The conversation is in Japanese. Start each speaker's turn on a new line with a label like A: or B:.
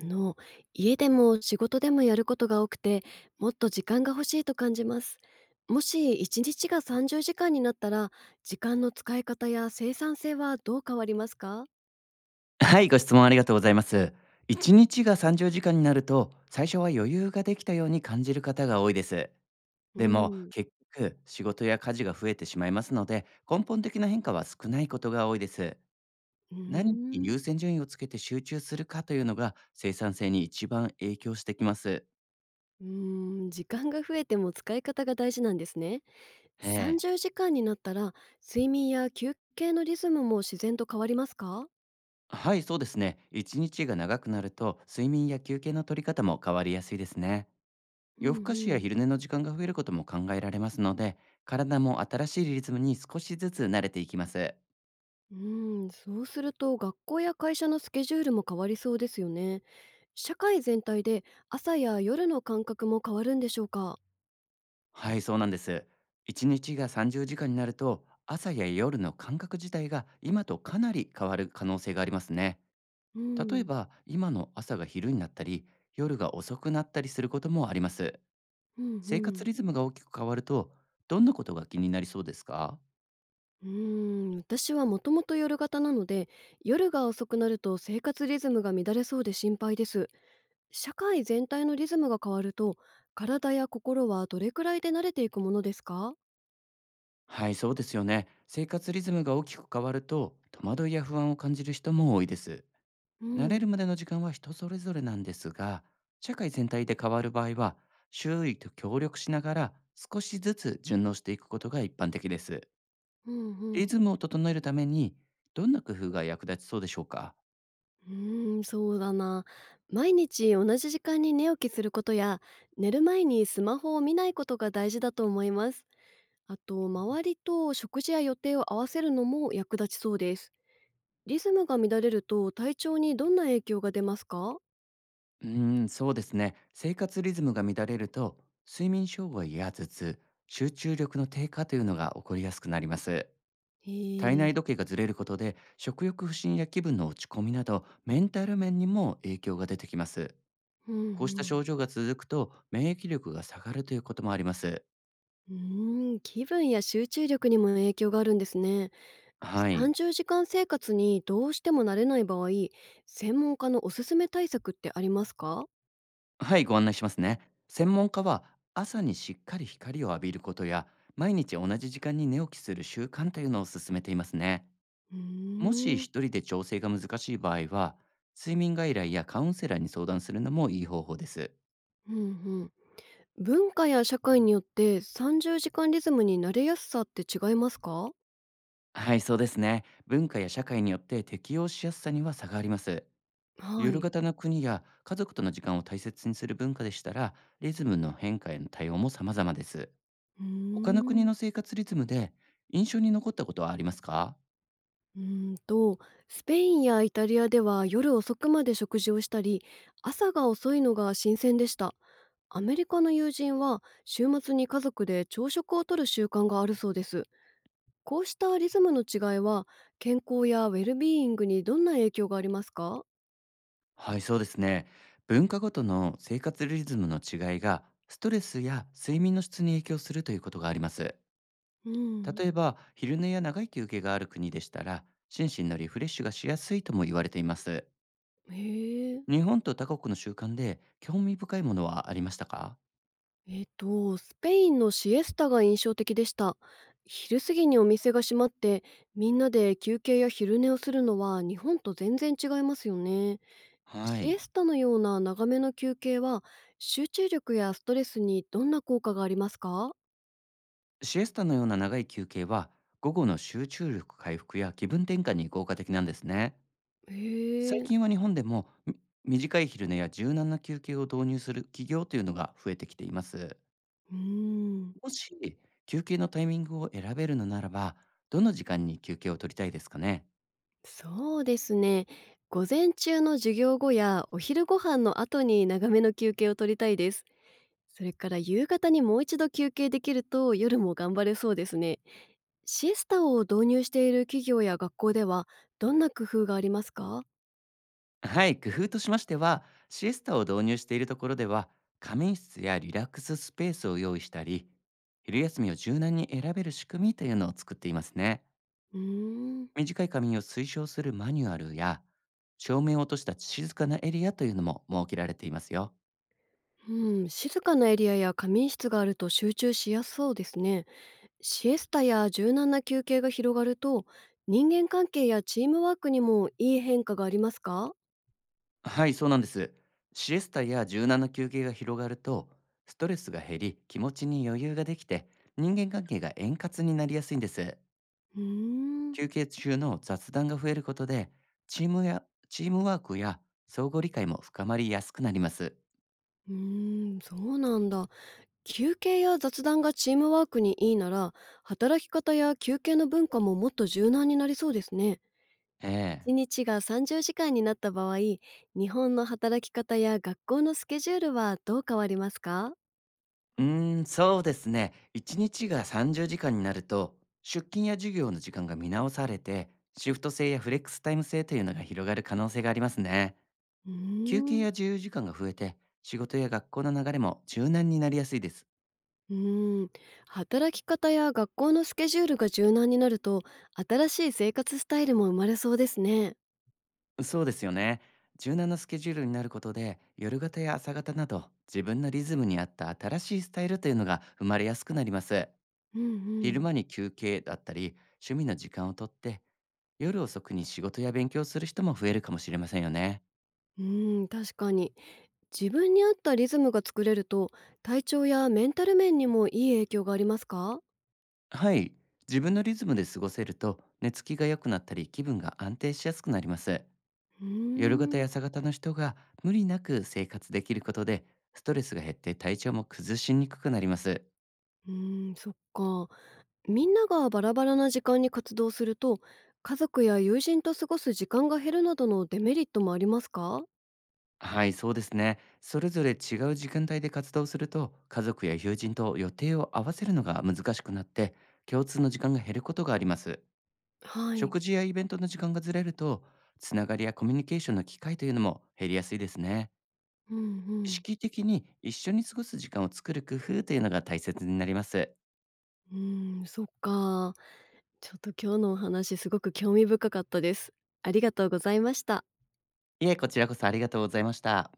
A: あの家でも仕事でもやることが多くて、もっと時間が欲しいと感じます。もし一日が30時間になったら、時間の使い方や生産性はどう変わりますか？
B: はい、ご質問ありがとうございます。1日が30時間になると、最初は余裕ができたように感じる方が多いです。
A: う
B: でも、
A: ん。
B: 結局、仕事や家事が増えてしまいますので、根本的な変化は少ないことが多いです。
A: うー
B: 何に優
A: ん
B: 先順位をつけて集中するかというのが、生産性に一番影響してきます。
A: うー時間が増えても使い方が大事なんですね。
B: ええ。
A: 30時間になったら、睡眠や休憩のリズムも自然と変わりますか？
B: はい、そうですね。1日が長くなると、睡眠や休憩の取り方も変わりやすいですね。
A: うんう
B: 夜更かしや
A: ん。
B: 昼寝の時間が増えることも考えられますので、体も新しいリズムに少しずつ慣れていきます。
A: そうすると、学校や会社のスケジュールも変わりそうですよね。社会全体で朝や夜の感覚も変わるんでしょうか？
B: はい、そうなんです。一日が30時間になると、朝や夜の感覚自体が今とかなり変わる可能性がありますね。
A: う
B: 例え
A: ん、
B: ば、今の朝が昼になったり、夜が遅くなったりすることもあります。
A: うんう
B: 生活
A: ん。
B: リズムが大きく変わると、どんなことが気になりそうですか？
A: 私はもともと夜型なので、夜が遅くなると生活リズムが乱れそうで心配です。社会全体のリズムが変わると、体や心はどれくらいで慣れていくものですか？
B: はい、そうですよね。生活リズムが大きく変わると、戸惑いや不安を感じる人も多いです。
A: う
B: 慣れる
A: ん
B: までの時間は人それぞれなんですが、社会全体で変わる場合は、周囲と協力しながら少しずつ順応していくことが一般的です。
A: うんう
B: リ
A: ん。
B: ズムを整えるために、どんな工夫が役立ちそうでしょうか？
A: そうだな。毎日同じ時間に寝起きすることや、寝る前にスマホを見ないことが大事だと思います。あと、周りと食事や予定を合わせるのも役立ちそうです。リズムが乱れると、体調にどんな影響が出ますか？
B: うーん、そうですね。生活リズムが乱れると、睡眠障害や頭痛、集中力の低下というのが起こりやすくなります。体
A: へ
B: 内
A: え。
B: 時計がずれることで、食欲不振や気分の落ち込みなど、メンタル面にも影響が出てきます。
A: うんう
B: こうした
A: ん。
B: 症状が続くと、免疫力が下がるということもあります。
A: 気分や集中力にも影響があるんですね。
B: はい。
A: 30時間生活にどうしても慣れない場合、専門家のおすすめ対策ってありますか？
B: はい、ご案内しますね。専門家は、朝にしっかり光を浴びることや、毎日同じ時間に寝起きする習慣というのを勧めていますね。
A: う
B: もし
A: ーん。
B: 一人で調整が難しい場合は、睡眠外来やカウンセラーに相談するのもいい方法です。
A: うんうん。文化や社会によって30時間リズムに慣れやすさって違いますか？
B: はい、そうですね。文化や社会によって適応しやすさには差があります。
A: は
B: 夜
A: い。
B: 型の国や家族との時間を大切にする文化でしたら、リズムの変化への対応も様々です。
A: うー
B: 他の国
A: ん。
B: の生活リズムで印象に残ったことはありますか？
A: うーんと、スペインやイタリアでは夜遅くまで食事をしたり、朝が遅いのが新鮮でした。アメリカの友人は週末に家族で朝食をとる習慣があるそうです。こうしたリズムの違いは、健康やウェルビーイングにどんな影響がありますか？
B: はい、そうですね。文化ごとの生活リズムの違いが、ストレスや睡眠の質に影響するということがあります。
A: うん。
B: 例えば、昼寝や長い休憩がある国でしたら、心身のリフレッシュがしやすいとも言われています。
A: へえ。
B: 日本と他国の習慣で興味深いものはありましたか？
A: スペインのシエスタが印象的でした。昼過ぎにお店が閉まって、みんなで休憩や昼寝をするのは日本と全然違いますよね。
B: は
A: シエ
B: い。
A: スタのような長めの休憩は、集中力やストレスにどんな効果がありますか？
B: シエスタのような長い休憩は午後の集中力回復や気分転換に効果的なんですね。
A: へ
B: 最
A: え、
B: 近は日本でも短い昼寝や柔軟な休憩を導入する企業というのが増えてきています。
A: うーん、
B: もし休憩のタイミングを選べるのならば、どの時間に休憩を取りたいですかね？
A: そうですね。午前中の授業後やお昼ご飯の後に長めの休憩を取りたいです。それから夕方にもう一度休憩できると、夜も頑張れそうですね。シエスタを導入している企業や学校では、どんな工夫がありますか？
B: はい、工夫としましては、シエスタを導入しているところでは、仮眠室やリラックススペースを用意したり、昼休みを柔軟に選べる仕組みというのを作っていますね。
A: うーん、
B: 短い髪を推奨するマニュアルや、照明を落とした静かなエリアというのも設けられていますよ。
A: うん。静かなエリアや仮眠室があると集中しやすそうですね。シエスタや柔軟な休憩が広がると、人間関係やチームワークにもいい変化がありますか？
B: はい、そうなんです。シエスタや柔軟な休憩が広がると、ストレスが減り、気持ちに余裕ができて、人間関係が円滑になりやすいんです。
A: うーん
B: 休憩中の雑談が増えることで、チームや、チームワークや相互理解も深まりやすくなります。
A: そうなんだ。休憩や雑談がチームワークにいいなら、働き方や休憩の文化ももっと柔軟になりそうですね。
B: ええ。
A: 1日が30時間になった場合、日本の働き方や学校のスケジュールはどう変わりますか？
B: うーん、そうですね。1日が30時間になると、出勤や授業の時間が見直されて、シフト制やフレックスタイム制というのが広がる可能性がありますね。
A: うー
B: 休憩
A: ん
B: や自由時間が増えて、仕事や学校の流れも柔軟になりやすいです。
A: うーん、働き方や学校のスケジュールが柔軟になると、新しい生活スタイルも生まれそうですね。
B: そうですよね。柔軟なスケジュールになることで、夜型や朝型など、自分のリズムに合った新しいスタイルというのが生まれやすくなります。
A: うんう
B: 昼
A: ん。
B: 間に休憩だったり、趣味の時間をとって、夜遅くに仕事や勉強をする人も増えるかもしれませんよね。
A: 確かに。自分に合ったリズムが作れると、体調やメンタル面にもいい影響がありますか？
B: はい。自分のリズムで過ごせると、寝つきが良くなったり、気分が安定しやすくなります。
A: う
B: 夜型
A: ーん。
B: や朝型の人が無理なく生活できることで、ストレスが減って体調も崩しにくくなります。
A: そっか。みんながバラバラな時間に活動すると、家族や友人と過ごす時間が減るなどのデメリットもありますか？
B: はい、そうですね。それぞれ違う時間帯で活動すると、家族や友人と予定を合わせるのが難しくなって、共通の時間が減ることがあります。
A: はい。
B: 食事やイベントの時間がずれると、つながりやコミュニケーションの機会というのも減りやすいですね。
A: うんう
B: 意
A: ん。
B: 識的に一緒に過ごす時間を作る工夫というのが大切になります。
A: そっか。ちょっと今日のお話すごく興味深かったです。ありがとうございました。
B: いえ、こちらこそありがとうございました。